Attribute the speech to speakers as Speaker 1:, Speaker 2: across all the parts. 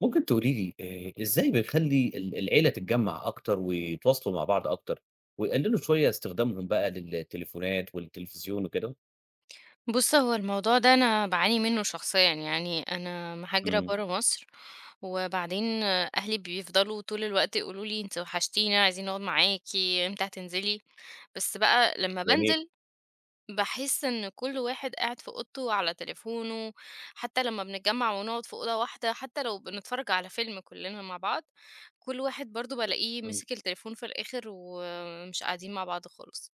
Speaker 1: ممكن تقولي لي إزاي بنخلّي العيلة تتجمّع أكتر ويتواصلوا مع بعض أكتر، ويقللوا شوية استخدامهم بقى للتليفونات والتلفزيون وكده؟
Speaker 2: بُص، هو الموضوع ده أنا باعاني منه شخصيًا، يعني أنا مهاجرة
Speaker 1: إمم،
Speaker 2: برّه مصر، وبعدين أهلي بيفضلوا طول الوقت يقولوا لي: "أنتِ وحشتينا، عايزين نقعد معاكِ، إمتى هتنزلي؟" بس بقى لمّا
Speaker 1: جميل،
Speaker 2: بانزل باحس إن كل واحد قاعد في أوضته على تليفونه، حتى لمّا بنتجمّع ونقعد في أوضة واحدة، حتى لو بنتفرج على فيلم كلنا مع بعض، كل واحد برضه بالاقيه
Speaker 1: إمم،
Speaker 2: ماسك التليفون في الآخر، ومش قاعدين مع بعض خالص.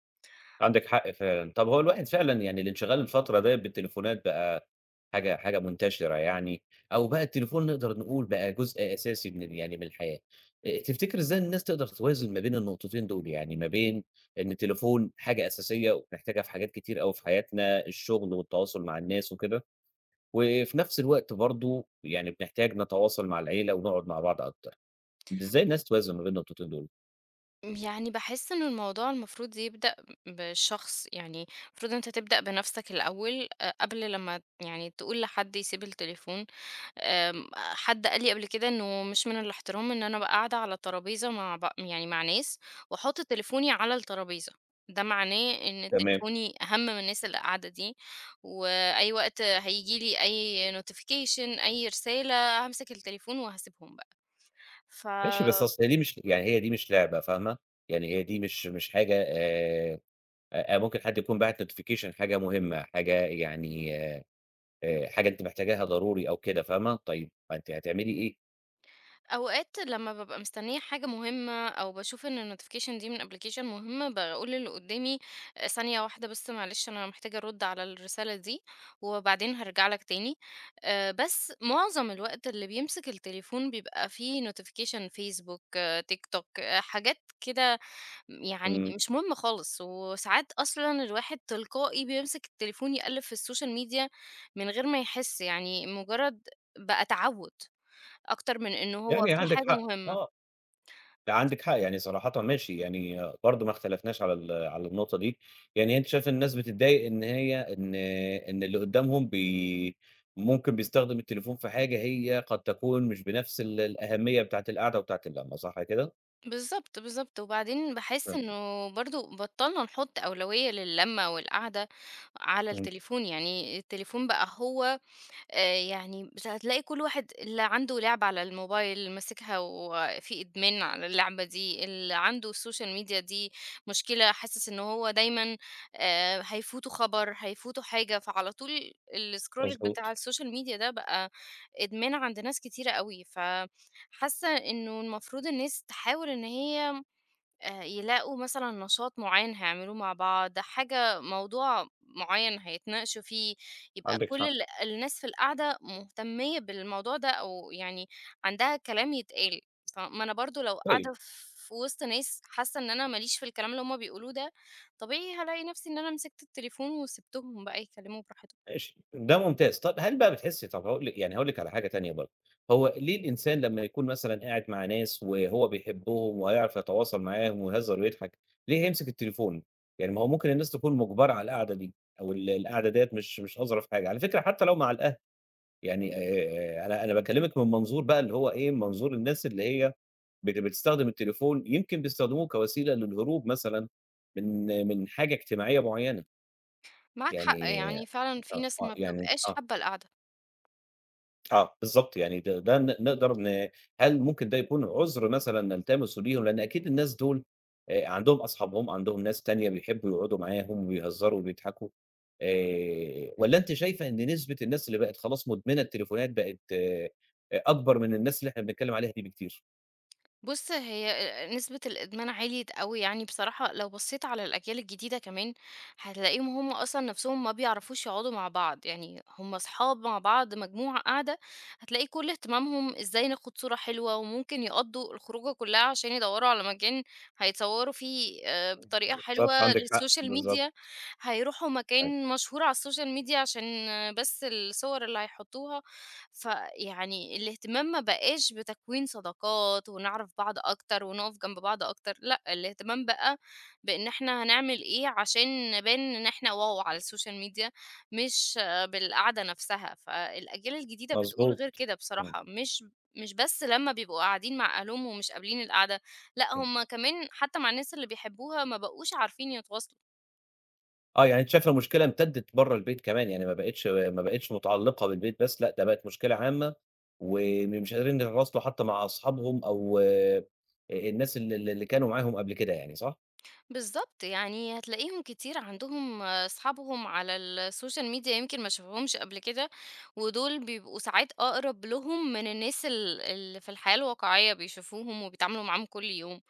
Speaker 1: عندِك حق فعلًا. طب هو الواحد فعلًا يعني الانشغال الفترة ديّة بالتليفونات بقى حاجة منتشرة يعني، أو بقى التليفون نقدر نقول بقى جزء أساسي من يعني من الحياة. تفتكر إزاي الناس تقدر توازن ما بين النقطتين دول، يعني ما بين إن التليفون حاجة أساسية وبنحتاجها في حاجات كتير أوي في حياتنا، الشغل والتواصل مع الناس وكده؟ وفي نفس الوقت برضه يعني بنحتاج نتواصل مع العيلة ونقعد مع بعض أكتر. إزاي الناس توازن ما بين النقطتين دول؟
Speaker 2: يعني باحس إن الموضوع المفروض يبدأ بالشخص، يعني المفروض أنت تبدأ بنفسك الأول قبل لمّا يعني تقول لحد يسيب التليفون. حد قال لي قبل كده إنه مش من الاحترام إن أنا أبقى قاعدة على ترابيزة مع يعني مع ناس وأحط تليفوني على الترابيزة، ده معناه إن
Speaker 1: تمام،
Speaker 2: تليفوني أهم من الناس اللي قاعدة دي، وأي وقت هييجي لي أي notification أي رسالة هامسك التليفون وهاسيبهم بقى، ف
Speaker 1: ماشي بس أصل هي دي مش يعني هي دي مش لعبة فاهمة؟ يعني هي دي مش حاجة ممكن حد يكون باعت notification حاجة مهمة، حاجة يعني حاجة أنتِ محتاجاها ضروري أو كده فاهمة؟ طيب فأنتِ هتعملي إيه؟
Speaker 2: أوقات لمّا بابقى مستنية حاجة مهمة أو باشوف إن الnotification دي من application مهم، باقول للي قدّامي ثانية واحدة بس معلش أنا محتاجة أرُد على الرسالة دي، وبعدين هارجع لك تاني. بس معظم الوقت اللي بيمسك التليفون بيبقى فيه notification فيسبوك، TikTok، آه، حاجات كده يعني
Speaker 1: إمم،
Speaker 2: مش مهمة خالص، وساعات أصلًا الواحد تلقائي بيمسك التليفون يقلِّب في السوشيال ميديا من غير ما يحس، يعني مجرد بقى تعوُّد. أكتر من إنه هو
Speaker 1: يعني
Speaker 2: في
Speaker 1: عندِك
Speaker 2: حاجة
Speaker 1: حق،
Speaker 2: مهمة.
Speaker 1: آه. لأ، عندِك حق، يعني صراحةً ماشي، يعني برضه ما اختلفناش على على النقطة دي، يعني أنتِ شايفة الناس بتتضايق إن هي إن اللي قدّامهم ممكن بيستخدم التليفون في حاجة هي قد تكون مش بنفس الأهمية بتاعة القعدة وبتاعة اللمة، صح كده؟
Speaker 2: بالضبط، بالضبط، وبعدين باحس
Speaker 1: إمم،
Speaker 2: إنه برضه بطّلنا نحُط أولوية للمّة والقعدة على
Speaker 1: إمم،
Speaker 2: التليفون، يعني التليفون بقى هو يعني بس هتلاقي كل واحد اللي عنده لعبة على الموبايل ماسكها وفي إدمان على اللعبة دي، اللي عنده السوشيال ميديا دي مشكلة حاسس إن هو دايمًا هيفوته خبر، هيفوته حاجة، فعلى طول الscrolling بتاع
Speaker 1: مضبوط،
Speaker 2: السوشيال ميديا ده بقى إدمان عند ناس كتيرة أوي، فحاسة إنه المفروض الناس تحاول إن هي يلاقوا مثلًا نشاط معيّن هيعملوه مع بعض، حاجة موضوع معيّن هيتناقشوا فيه، يبقى
Speaker 1: عندِك
Speaker 2: كل
Speaker 1: حق،
Speaker 2: الناس في القعدة مهتمية بالموضوع ده أو يعني عندها كلام يتقال، فما أنا برضه لو
Speaker 1: طيب
Speaker 2: قاعدة في وسط ناس حاسة إن أنا ما ليش في الكلام اللي هُم بيقولوه ده، طبيعي هالاقي نفسي إن أنا مسكت التليفون وسِبتهم بقى يتكلموا براحتهم.
Speaker 1: ماشي، ده ممتاز. طب هل بقى بتحسّي طب هاقول لِك يعني هاقول لِك على حاجة تانية برضه، هو ليه الإنسان لمّا يكون مثلًا قاعد مع ناس وهو بيحبهم وهيعرف يتواصل معاهم ويهزر ويضحك، ليه هيمسك التليفون؟ يعني ما هو ممكن الناس تكون مُجبرة على القعدة دي أو القعدة ديّة مش أظرف حاجة، على فكرة حتى لو مع الأهل، يعني أنا باكلّمِك من منظور بقى اللي هو إيه، منظور الناس اللي هي بتستخدم التليفون يمكن بيستخدموه كوسيلة للهروب مثلًا من حاجة اجتماعية معيّنة،
Speaker 2: معاك
Speaker 1: يعني
Speaker 2: حق، يعني فعلًا في ناس ما
Speaker 1: يعني
Speaker 2: بتبقاش
Speaker 1: آه.
Speaker 2: حابة القعدة.
Speaker 1: آه، بالضبط، يعني ده نقدر هل ممكن ده يكون عُذر مثلًا نلتمسه ليهم؟ لإن أكيد الناس دول عندهم أصحابهم، عندهم ناس تانية بيحبّوا يقعدوا معاهم وبيهزروا وبيضحكوا، والّا أنتِ شايفة إن نسبة الناس اللي بقت خلاص مدمنة التليفونات بقت أكبر من الناس اللي إحنا بنتكلّم عليها دي بكتير؟
Speaker 2: بُص، هي نسبة الإدمان عِلْيِت أوي يعني بصراحة، لو بصّيت على الأجيال الجديدة كمان، هتلاقيهم هم أصلًا نَفْسهم ما بيعرفوش يقعدوا مع بعض، يعني هم أصحاب مع بعض مجموعة قاعدة، هتلاقي كل اهتمامهم إزاي ناخد صورة حلوة، وممكن يقضّوا الخروجة كُلّها عشان يدوّروا على مكان هيتصوّروا فيه بطريقة
Speaker 1: بالضبط،
Speaker 2: حلوة
Speaker 1: عندِك حق،
Speaker 2: للسوشيال
Speaker 1: بالضبط،
Speaker 2: ميديا، هيروحوا
Speaker 1: أيوه،
Speaker 2: مكان مشهور على السوشيال ميديا عشان آه، بس الصور اللي هيحطّوها. فيعني الاهتمام ما بقاش بتكوين صداقات ونعرف بعض أكتر ونقف جنب بعض أكتر لأ، الاهتمام بقى بإن إحنا هنعمل إيه عشان نبان إن إحنا واو على السوشيال ميديا، مش آه، بالقعدة نفسها، فالأجيال الجديدة بتقول
Speaker 1: مضبوط،
Speaker 2: غير كده
Speaker 1: إمم،
Speaker 2: بصراحة، مش بس لمّا بيبقوا قاعدين مع أهلهم ومش قابلين القعدة، لأ،
Speaker 1: إمم.
Speaker 2: هم كمان حتى مع الناس اللي بيحبوها ما بقوش عارفين يتواصلوا.
Speaker 1: آه، يعني أنتِ شايفة المشكلة امتدِّت برّه البيت كمان، يعني ما بقِتش متعلّقة بالبيت بس، لأ ده بقت مشكلة عامة، ومش قادرين يتواصلوا حتى مع أصحابهم أو آه، الناس ال ال اللي كانوا معاهم قبل كده يعني، صح؟
Speaker 2: بالضبط، يعني هتلاقيهم كتير عندهم أصحابهم على السوشيال ميديا يمكن ما شافوهمش قبل كده، ودول بيبقوا ساعات أقرب لهم من الناس اللي في الحياة الواقعية بيشوفوهم وبيتعاملوا معاهم كل يوم.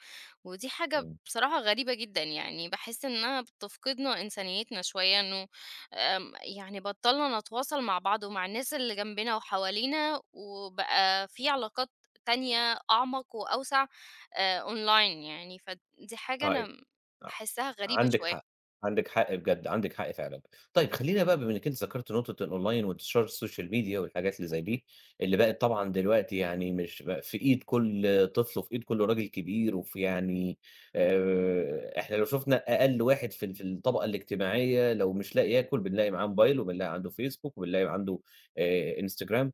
Speaker 2: ودي حاجة
Speaker 1: إمم،
Speaker 2: بصراحة غريبة جدا يعني باحس إنها بتفقدنا إنسانيتنا شوية إنه يعني بطلنا نتواصل مع بعض ومع الناس اللي جنبنا وحوالينا، وبقى في علاقات تانية أعمق وأوسع online يعني، فدي حاجة
Speaker 1: آه،
Speaker 2: أنا
Speaker 1: أ
Speaker 2: باحسها غريبة
Speaker 1: عندِك
Speaker 2: شوية.
Speaker 1: حق، عندِك حق بجد، عندِك حق فعلًا. طيب خلّينا بقى بما إنِّك أنتِ ذكرتِ نقطة الأونلاين وانتشار السوشيال ميديا والحاجات اللي زي دي، اللي بقت طبعًا دلوقتي يعني مش بقى في إيد كل طفل وفي إيد كل راجل كبير، وفي يعني إحنا لو شُفنا أقل واحد في في الطبقة الاجتماعية لو مش لاقي ياكل، بنلاقي معاه موبايل وبنلاقي عنده فيسبوك وبنلاقي عنده Instagram.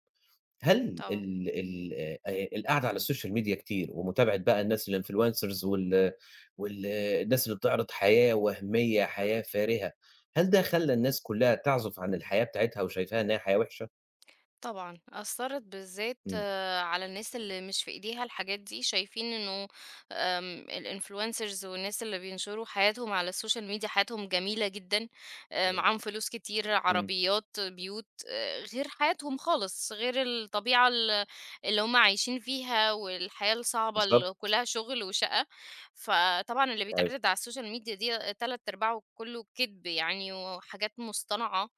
Speaker 1: هل
Speaker 2: طبعًا.
Speaker 1: ال ال القعدة على السوشيال ميديا كتير ومتابعة بقى الناس الinfluencers والناس اللي بتعرض حياة وهمية، حياة فارهة، هل ده خلّى الناس كلّها تعزف عن الحياة بتاعتها وشايفاها إنها حياة وحشة؟
Speaker 2: طبعًا، أثّرت بالذات
Speaker 1: إمم،
Speaker 2: آه، على الناس اللي مش في إيديها الحاجات دي، شايفين إنه الinfluencers والناس اللي بينشروا حياتهم على السوشيال ميديا حياتهم جميلة جدًا، معاهم فلوس كتير،
Speaker 1: إمم،
Speaker 2: عربيات، بيوت، غير حياتهم خالص، غير الطبيعة اللي هم عايشين فيها والحياة الصعبة اللي
Speaker 1: بالضبط،
Speaker 2: كلّها شغل وشقة، فطبعًا اللي
Speaker 1: أيوه.
Speaker 2: بيتعرض على السوشيال ميديا دي 3 أرباعه كلّه كدب يعني وحاجات مصطنعة.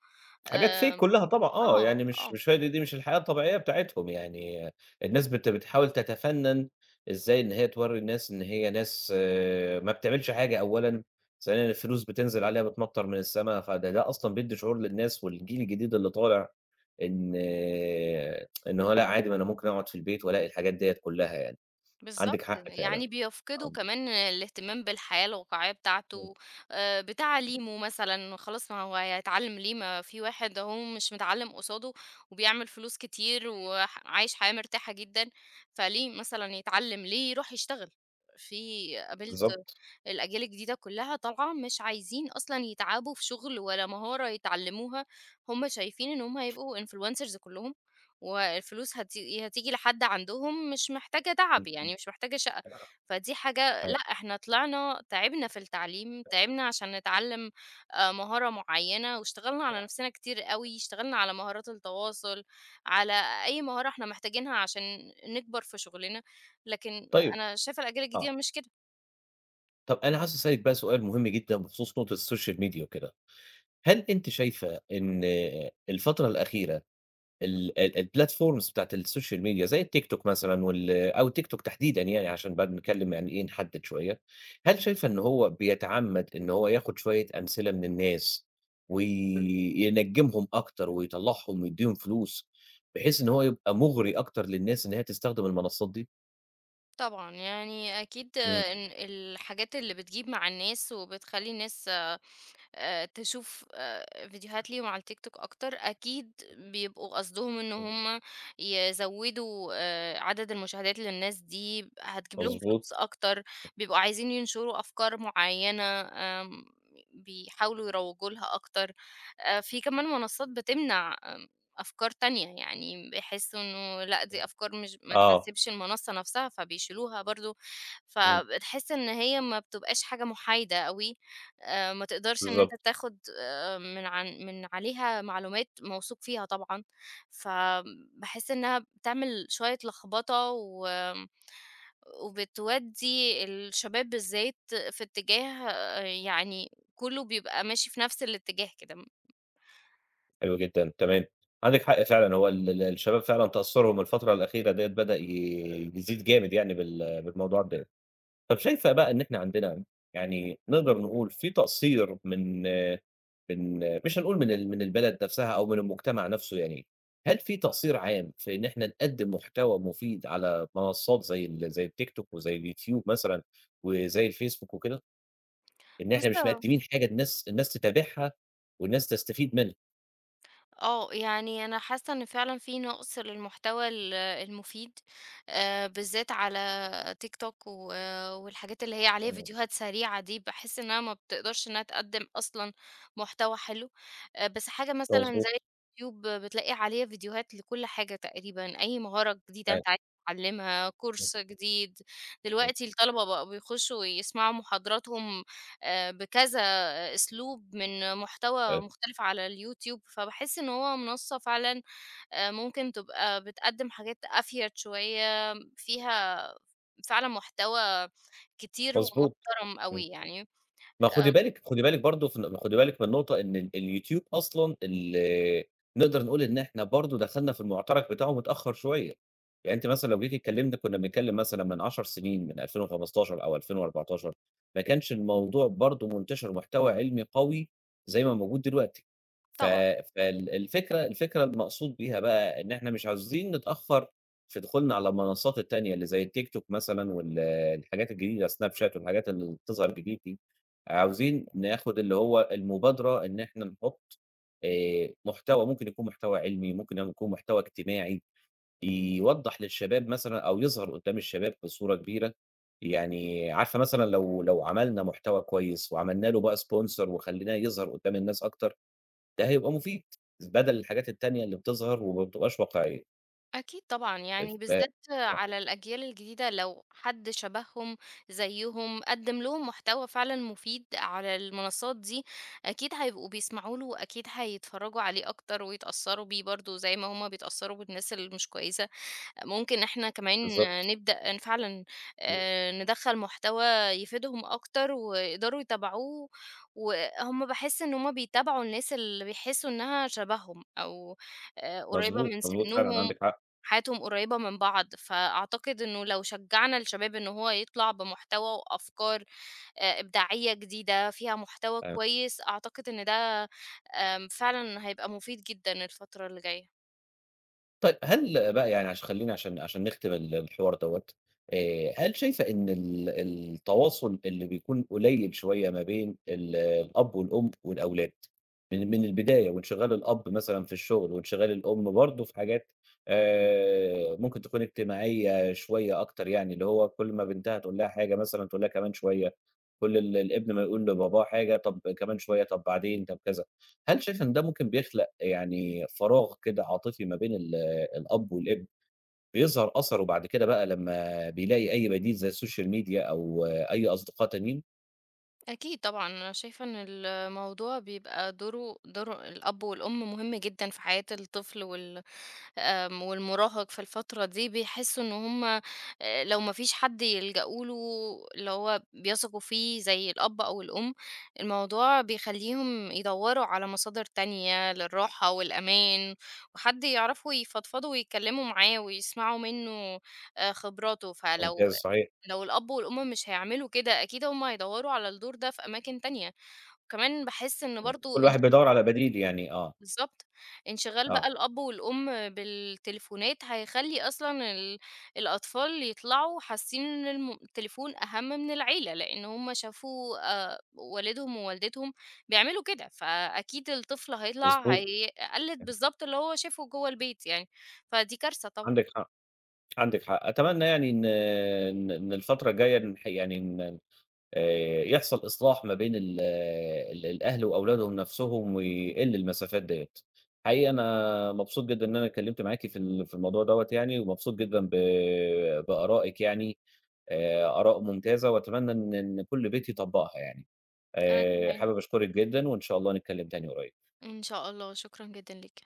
Speaker 1: حاجات fake
Speaker 2: آمم
Speaker 1: كلّها طبعًا آه،
Speaker 2: آه،
Speaker 1: يعني مش
Speaker 2: آه.
Speaker 1: مش هي دي دي مش الحياة الطبيعية بتاعتهم، يعني الناس بتحاول تتفنّن إزاي إن هي تورّي الناس إن هي ناس آه، ما بتعملش حاجة أولًا، ثانيًا الفلوس بتنزل عليها بتمطّر من السما، فده أصلًا بيدّي شعور للناس والجيل الجديد اللي طالع إن هو لأ عادي ما أنا ممكن أقعد في البيت وألاقي الحاجات ديّة كلّها يعني،
Speaker 2: بالضبط،
Speaker 1: عندِك حق فعلًا،
Speaker 2: يعني بيفقدوا
Speaker 1: آه.
Speaker 2: كمان الاهتمام بالحياة الواقعية
Speaker 1: إمم.
Speaker 2: بتاعته،
Speaker 1: إمم.
Speaker 2: بتعليمه مثلًا، خلاص ما هو هيتعلم ليه؟ ما في واحد أهو مش متعلم قصاده وبيعمل فلوس كتير عايش حياة مرتاحة جدًا، فليه مثلًا يتعلم؟ ليه يروح يشتغل؟ قابلت
Speaker 1: بالضبط.
Speaker 2: الأجيال الجديدة كلها طالعة مش عايزين أصلًا يتعبوا في شغل ولا مهارة يتعلموها، هُم شايفين إن هُم هيبقوا influencers كلهم والفلوس هتيجي لحد عندهم مش محتاجة
Speaker 1: إمم،
Speaker 2: تعب،
Speaker 1: إمم.
Speaker 2: يعني مش محتاجة شقة، فدي حاجة
Speaker 1: أيوه.
Speaker 2: لأ، إحنا طلعنا تعبنا في التعليم، تعبنا عشان نتعلم مهارة معيّنة واشتغلنا على نفسنا كتير أوي، اشتغلنا على مهارات التواصل، على أي مهارة إحنا محتاجينها عشان نكبر في شغلنا، لكن
Speaker 1: طيب
Speaker 2: أنا شايفة الأجيال
Speaker 1: آه.
Speaker 2: الجديدة مش كده.
Speaker 1: طب أنا عاوز أسألِك بقى سؤال مهم جدًا بخصوص نقطة السوشيال ميديا وكده، هل أنتِ شايفة إن الفترة الأخيرة ال ال الplatforms بتاعة السوشيال ميديا زي التيك توك مثلًا أو التيك توك تحديدًا يعني عشان بقى بنتكلم يعني إيه نحدد شوية، هل شايفة إن هو بيتعمد إن هو ياخد شوية أمثلة من الناس وينجمهم أكتر ويطلعهم ويديهم فلوس، بحيث إن هو يبقى مغري أكتر للناس إن هي تستخدم المنصات دي؟
Speaker 2: طبعًا، يعني أكيد
Speaker 1: إمم،
Speaker 2: آه، إن الحاجات اللي بتجيب مع الناس وبتخلّي الناس تشوف فيديوهات ليهم على التيك توك أكتر، أكيد بيبقوا قصدهم إن
Speaker 1: إمم،
Speaker 2: هم يزوّدوا عدد المشاهدات للناس دي، هتجيب لهم
Speaker 1: مضبوط،
Speaker 2: فلوس أكتر، بيبقوا عايزين ينشروا أفكار معيّنة، بيحاولوا يروّجوا لها أكتر. في كمان منصات بتمنع أفكار تانية، يعني بيحسّوا إنه لأ، دي
Speaker 1: إمم.
Speaker 2: أفكار مش ما
Speaker 1: آه،
Speaker 2: تناسبش المنصة نفسها، فبيشيلوها برضه،
Speaker 1: إمم،
Speaker 2: فبتحس إن هي ما بتبقاش حاجة محايدة أوي، ما تقدرش إن أنت
Speaker 1: بالضبط.
Speaker 2: تاخد من عليها معلومات موثوق فيها طبعًا، فباحس إنها بتعمل شوية لخبطة وبتودّي الشباب بالذات في اتجاه آه، يعني كُلّه بيبقى ماشي في نفس الاتجاه كده.
Speaker 1: حلو جدًا، تمام. عندِك حق فعلًا، هو ال ال الشباب فعلًا تأثُّرهم الفترة الأخيرة ديّة بدأ ي يزيد جامد يعني بالموضوع ده. طب شايفة بقى إن إحنا عندنا يعني نقدر نقول في تقصير من من مش هنقول من من البلد نَفْسها أو من المجتمع نَفْسه يعني، هل في تقصير عام في إن إحنا نقدِّم محتوى مفيد على منصات زي زي التيك توك وزي اليوتيوب مثلًا وزي الفيسبوك وكده، إن
Speaker 2: بُص
Speaker 1: إحنا مش مقدِّمين حاجة الناس تتابعها والناس تستفيد منها؟
Speaker 2: آه، يعني أنا حاسة إن فعلًا في نقص للمحتوى المفيد، بالذات على TikTok و والحاجات اللي هي عليها
Speaker 1: إمم،
Speaker 2: فيديوهات سريعة دي، باحس إنها ما بتقدرش إنها تقدّم أصلًا محتوى حلو، بس حاجة مثلًا زي
Speaker 1: مضبوط،
Speaker 2: اليوتيوب بتلاقي عليها فيديوهات لكل حاجة تقريبًا، أي مهارة جديدة
Speaker 1: أيوه.
Speaker 2: أنت عايز تتعلمها، كورس جديد، دلوقتي الطلبة بقوا بيخشوا ويسمعوا محاضراتهم بكذا أسلوب من
Speaker 1: آآ
Speaker 2: محتوى مختلف على اليوتيوب، فباحس إن هو منصة فعلًا ممكن تبقى بتقدّم حاجات أفيد شوية، فيها فعلًا محتوى كتير
Speaker 1: مضبوط.
Speaker 2: ومحترم
Speaker 1: إمم.
Speaker 2: أوي يعني.
Speaker 1: ما خُدي
Speaker 2: آآ
Speaker 1: بالِك خُدي بالِك برضه في ن خُدي بالِك من نقطة إن اليوتيوب أصلًا نقدر نقول إن إحنا برضه دخلنا في المعترك بتاعه متأخّر شوية، يعني أنتِ مثلًا لو جيتِ اتكلّمنا كُنّا بنتكلّم مثلًا من 10 سنين من 2015 أو 2014 ما كانش الموضوع برضه منتشر محتوى علمي قوي زي ما موجود دلوقتي، ف
Speaker 2: طبعًا،
Speaker 1: الفكرة المقصود بيها بقى إن إحنا مش عاوزين نتأخّر في دخولنا على المنصات التانية اللي زي التيك توك مثلًا الحاجات الجديدة سناب شات والحاجات اللي بتظهر جديد دي. عاوزين ناخد اللي هو المبادرة إن إحنا نحُط محتوى، ممكن يكون محتوى علمي، ممكن يكون محتوى اجتماعي، يوضّح للشباب مثلًا أو يظهر قدّام الشباب بصورة كبيرة، يعني عارفة مثلًا لو عملنا محتوى كويس وعملنا له بقى sponsor وخلّيناه يظهر قدّام الناس أكتر، ده هيبقى مفيد، بدل الحاجات التانية اللي بتظهر وما بتبقاش واقعية.
Speaker 2: أكيد طبعًا، يعني
Speaker 1: آه،
Speaker 2: بالذات على الأجيال الجديدة لو حد شبههم، زيّهم، قدّم لهم محتوى فعلًا مفيد على المنصات دي، أكيد هيبقوا بيسمعوا له وأكيد هيتفرّجوا عليه أكتر ويتأثّروا بيه برضه زي ما هم بيتأثّروا بالناس اللي مش كويسة. ممكن إحنا كمان
Speaker 1: بالضبط.
Speaker 2: نبدأ إن فعلًا ندخّل محتوى يفيدهم أكتر ويقدروا يتابعوه، وهُم باحس إن هُم بيتابعوا الناس اللي بيحسّوا إنها شبههم أو قريّبة
Speaker 1: مضبوط،
Speaker 2: من
Speaker 1: مضبوط فعلًا
Speaker 2: سِنّهم،
Speaker 1: عندِك حق.
Speaker 2: حياتهم قريّبة من بعض، فأعتقد إنه لو شجّعنا الشباب إن هو يطلع بمحتوى وأفكار إبداعية جديدة فيها محتوى كويس، أعتقد إن ده فعلًا هيبقى مفيد جدًا الفترة اللي جاية.
Speaker 1: طيب هل بقى يعني عشان خلّينا عشان نختم الحوار دوّة، هل شايفة إن التواصل اللي بيكون قليل شوية ما بين الأب والأم والأولاد، من من البداية وانشغال الأب مثلًا في الشغل وانشغال الأم برضه في حاجات ممكن تكون اجتماعية شوية أكتر يعني، اللي هو كل ما بنتها تقول لها حاجة مثلًا تقول لها كمان شوية، كل الابن ما يقول لباباه حاجة طب كمان شوية، طب بعدين، طب كذا، هل شايفة إن ده ممكن بيخلق يعني فراغ كده عاطفي ما بين الأب والابن، بيظهر أثره بعد كده بقى لمّا بيلاقي أي بديل زي السوشيال ميديا أو أي أصدقاء تانيين.
Speaker 2: أكيد طبعًا، أنا شايفة إن الموضوع بيبقى دوره دور الأب والأم مهم جدًا في حياة الطفل والمراهق في الفترة دي، بيحسوا إن هُم لو ما فيش حد يلجأوا له اللي هو بيثقوا فيه زي الأب أو الأم، الموضوع بيخلّيهم يدوّروا على مصادر تانية للراحة والأمان، وحد يعرفوا يفضفضوا ويتكلموا معاه ويسمعوا منه خبراته، فلو
Speaker 1: ممتاز صحيح،
Speaker 2: لو الأب والأم مش هيعملوا كده أكيد هُم هيدوّروا على الدور ده في أماكن تانية، وكمان باحس إن
Speaker 1: إمم، كل
Speaker 2: برضه
Speaker 1: واحد بيدوّر على بديل يعني آه،
Speaker 2: بالضبط، انشغال
Speaker 1: آه،
Speaker 2: بقى الأب والأم بالتليفونات هيخلّي أصلًا الأطفال يطلعوا حاسين إن التليفون أهم من العيلة، لإن هُم شافوا والدهم ووالدتهم بيعملوا كده، فأكيد الطفل هيطلع
Speaker 1: مضبوط،
Speaker 2: هيقلد
Speaker 1: اهم،
Speaker 2: بالضبط اللي هو شافه جوّه البيت يعني، فدي كارثة طبعًا.
Speaker 1: عندِك حق، عندِك حق. أتمنى يعني إن إن الفترة الجاية يعني يحصل إصلاح ما بين ال الأهل وأولادهم نفسهم ويقل المسافات ديّة. حقيقي أنا مبسوط جدًا إن أنا اتكلمت معاكِ في في الموضوع دوّة يعني، ومبسوط جدًا بآرائِك يعني آراء ممتازة وأتمنى إن كل بيت يطبّقها يعني.
Speaker 2: أنا كمان.
Speaker 1: حابب أشكرِك جدًا وإن شاء الله نتكلّم تاني قريب.
Speaker 2: إن شاء الله، شكرًا جدًا ليك.